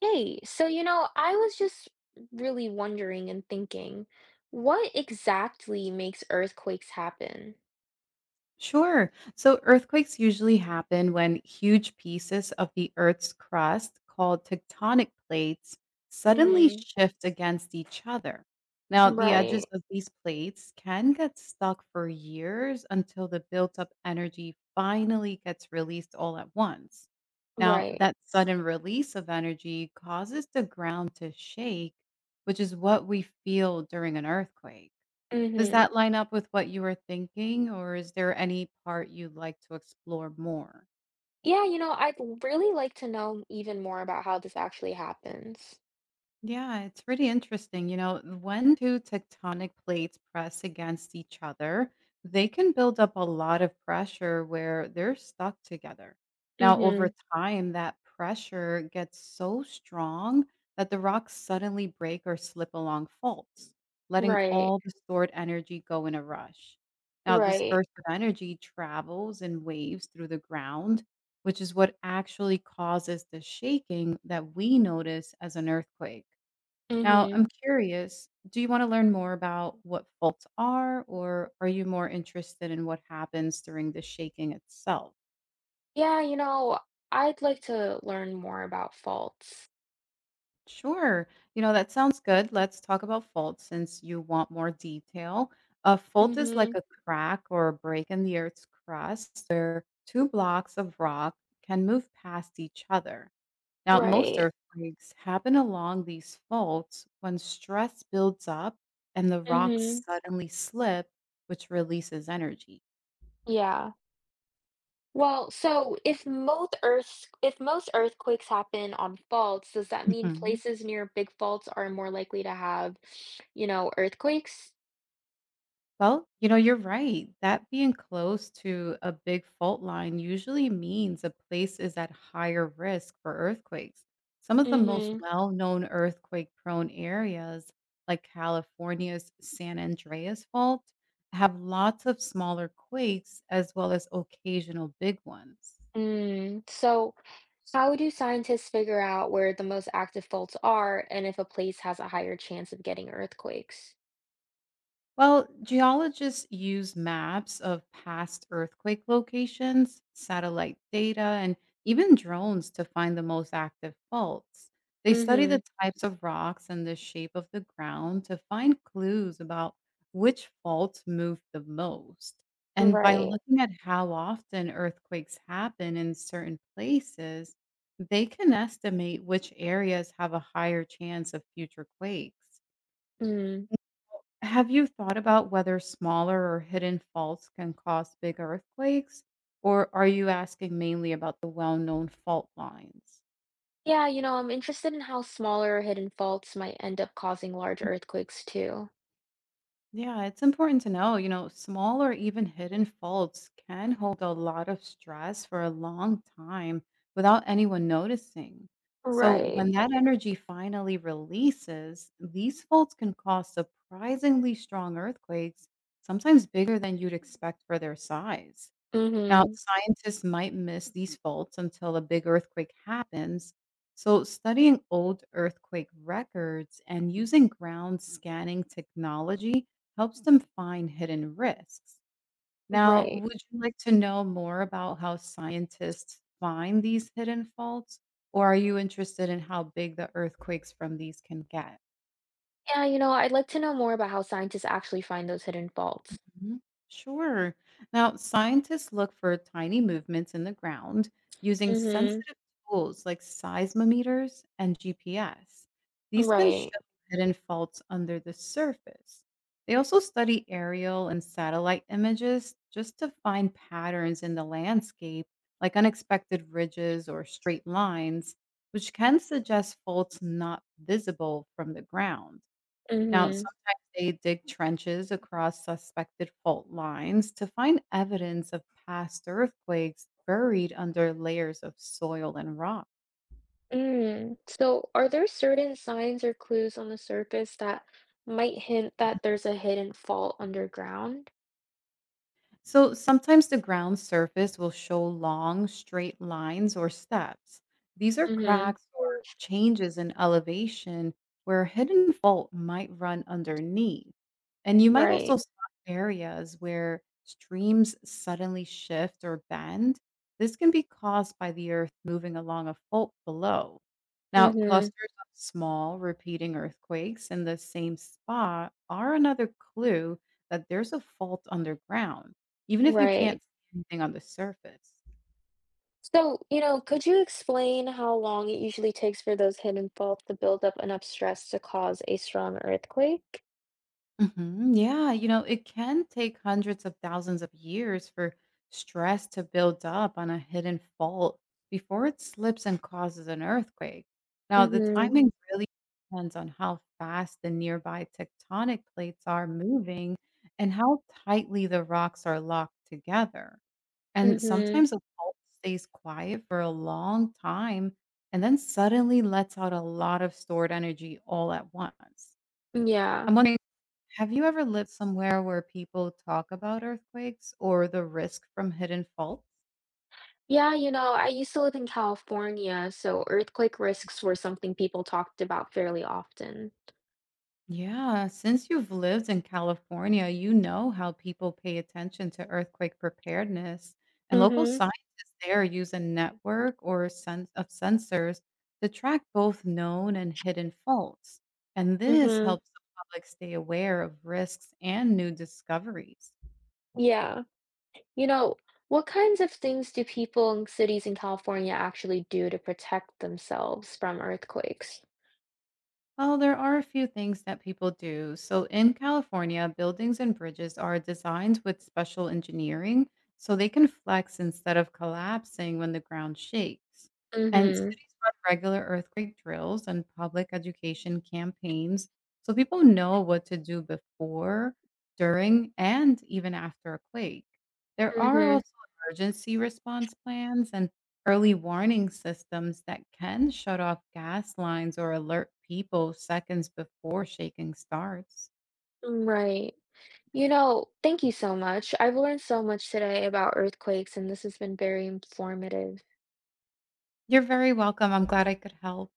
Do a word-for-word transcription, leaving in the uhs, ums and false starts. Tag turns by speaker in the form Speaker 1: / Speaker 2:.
Speaker 1: Hey, so you know, I was just really wondering and thinking, what exactly makes earthquakes happen?
Speaker 2: Sure. So earthquakes usually happen when huge pieces of the Earth's crust, called tectonic plates, Mm. suddenly
Speaker 1: Mm-hmm.
Speaker 2: shift against each other. Now, the edges
Speaker 1: Right,
Speaker 2: of these plates can get stuck for years until the built up energy finally gets released all at once. Now,
Speaker 1: right.
Speaker 2: that sudden release of energy causes the ground to shake, which is what we feel during an earthquake. Does
Speaker 1: Mm-hmm.
Speaker 2: that line up with what you were thinking, or is there any part you'd like to explore more?
Speaker 1: Yeah, you know, I'd l- really like to know even more about how this actually happens.
Speaker 2: Yeah, it's really interesting. You know, when two tectonic plates press against each other, they can build up a lot of pressure where they're stuck together. Now, over
Speaker 1: Mm-hmm.
Speaker 2: time, that pressure gets so strong that the rocks suddenly break or slip along faults, letting
Speaker 1: Right.
Speaker 2: all the stored energy go in a rush. Now, this
Speaker 1: Right.
Speaker 2: burst of energy travels in waves through the ground, which is what actually causes the shaking that we notice as an earthquake. Now,
Speaker 1: Mm-hmm.
Speaker 2: I'm curious, do you want to learn more about what faults are, or are you more interested in what happens during the shaking itself?
Speaker 1: Yeah, you know, I'd like to learn more about faults.
Speaker 2: Sure. You know, that sounds good. Let's talk about faults since you want more detail. A fault is like
Speaker 1: Mm-hmm.
Speaker 2: a crack or a break in the Earth's crust where two blocks of rock can move past each other. Now, most
Speaker 1: Right.
Speaker 2: earthquakes happen along these faults when stress builds up and the rocks
Speaker 1: Mm-hmm.
Speaker 2: suddenly slip, which releases energy.
Speaker 1: Yeah. Well, so if most earths if most earthquakes happen on faults, does that mean
Speaker 2: hmm
Speaker 1: places near big faults are more likely to have, you know, earthquakes?
Speaker 2: Well, you know, you're right. That being close to a big fault line usually means a place is at higher risk for earthquakes. Some of the most
Speaker 1: Mhm.
Speaker 2: well known earthquake prone areas, like California's San Andreas Fault, have lots of smaller quakes as well as occasional big ones.
Speaker 1: Mm. So how do scientists figure out where the most active faults are and if a place has a higher chance of getting earthquakes?
Speaker 2: Well, geologists use maps of past earthquake locations, satellite data, and even drones to find the most active faults. They study the
Speaker 1: Mhm.
Speaker 2: types of rocks and the shape of the ground to find clues about which faults move the most. And by
Speaker 1: Right.
Speaker 2: looking at how often earthquakes happen in certain places, they can estimate which areas have a higher chance of future quakes.
Speaker 1: Mm.
Speaker 2: Have you thought about whether smaller or hidden faults can cause big earthquakes? Or are you asking mainly about the well known fault lines?
Speaker 1: Yeah, you know, I'm interested in how smaller hidden faults might end up causing large earthquakes too.
Speaker 2: Yeah, it's important to know, you know, small or even hidden faults can hold a lot of stress for a long time without anyone noticing. So
Speaker 1: Right.
Speaker 2: when that energy finally releases, these faults can cause surprisingly strong earthquakes, sometimes bigger than you'd expect for their size. Now,
Speaker 1: Mhm.
Speaker 2: scientists might miss these faults until a big earthquake happens. So, studying old earthquake records and using ground scanning technology helps them find hidden risks. Now,
Speaker 1: Right.
Speaker 2: would you like to know more about how scientists find these hidden faults, or are you interested in how big the earthquakes from these can get?
Speaker 1: Yeah, you know, I'd like to know more about how scientists actually find those hidden faults.
Speaker 2: Mhm. Sure. Now, scientists look for tiny movements in the ground using
Speaker 1: Mm-hmm.
Speaker 2: sensitive tools like seismometers and G P S. These can
Speaker 1: Right.
Speaker 2: show hidden faults under the surface. They also study aerial and satellite images just to find patterns in the landscape, like unexpected ridges or straight lines, which can suggest faults not visible from the ground. Now,
Speaker 1: Mm-hmm.
Speaker 2: sometimes they dig trenches across suspected fault lines to find evidence of past earthquakes buried under layers of soil and rock.
Speaker 1: Mm. So, are there certain signs or clues on the surface that might hint that there's a hidden fault underground?
Speaker 2: So sometimes the ground surface will show long, straight lines or steps. These are
Speaker 1: Mm-hmm.
Speaker 2: cracks or changes in elevation where a hidden fault might run underneath. And you might also
Speaker 1: Right.
Speaker 2: spot areas where streams suddenly shift or bend. This can be caused by the earth moving along a fault below. Now,
Speaker 1: Mm-hmm.
Speaker 2: clusters of small repeating earthquakes in the same spot are another clue that there's a fault underground, even if you
Speaker 1: Right.
Speaker 2: can't see anything on the surface.
Speaker 1: So, you know, could you explain how long it usually takes for those hidden faults to build up enough stress to cause a strong earthquake?
Speaker 2: Mhm. Yeah, you know, it can take hundreds of thousands of years for stress to build up on a hidden fault before it slips and causes an earthquake. Now, the Mhm.
Speaker 1: Mm-hmm.
Speaker 2: timing really depends on how fast the nearby tectonic plates are moving and how tightly the rocks are locked together. And
Speaker 1: Mm-hmm.
Speaker 2: sometimes a pulse stays quiet for a long time and then suddenly lets out a lot of stored energy all at once.
Speaker 1: Yeah.
Speaker 2: I'm wondering, have you ever lived somewhere where people talk about earthquakes or the risk from hidden faults?
Speaker 1: Yeah, you know, I used to live in California, so earthquake risks were something people talked about fairly often.
Speaker 2: Yeah, since you've lived in California, you know how people pay attention to earthquake preparedness, and local
Speaker 1: Mm-hmm.
Speaker 2: scientists there use a network or sense of sensors to track both known and hidden faults. And this
Speaker 1: Mm-hmm.
Speaker 2: helps the public stay aware of risks and new discoveries.
Speaker 1: Yeah. You know, what kinds of things do people in cities in California actually do to protect themselves from earthquakes?
Speaker 2: Well, there are a few things that people do. So in California, buildings and bridges are designed with special engineering so they can flex instead of collapsing when the ground shakes. And
Speaker 1: Mm-hmm.
Speaker 2: cities run regular earthquake drills and public education campaigns so people know what to do before, during, and even after a quake. There are
Speaker 1: Mm-hmm.
Speaker 2: also emergency response plans and early warning systems that can shut off gas lines or alert people seconds before shaking starts.
Speaker 1: Right. You know, thank you so much. I've learned so much today about earthquakes, and this has been very informative.
Speaker 2: You're very welcome. I'm glad I could help.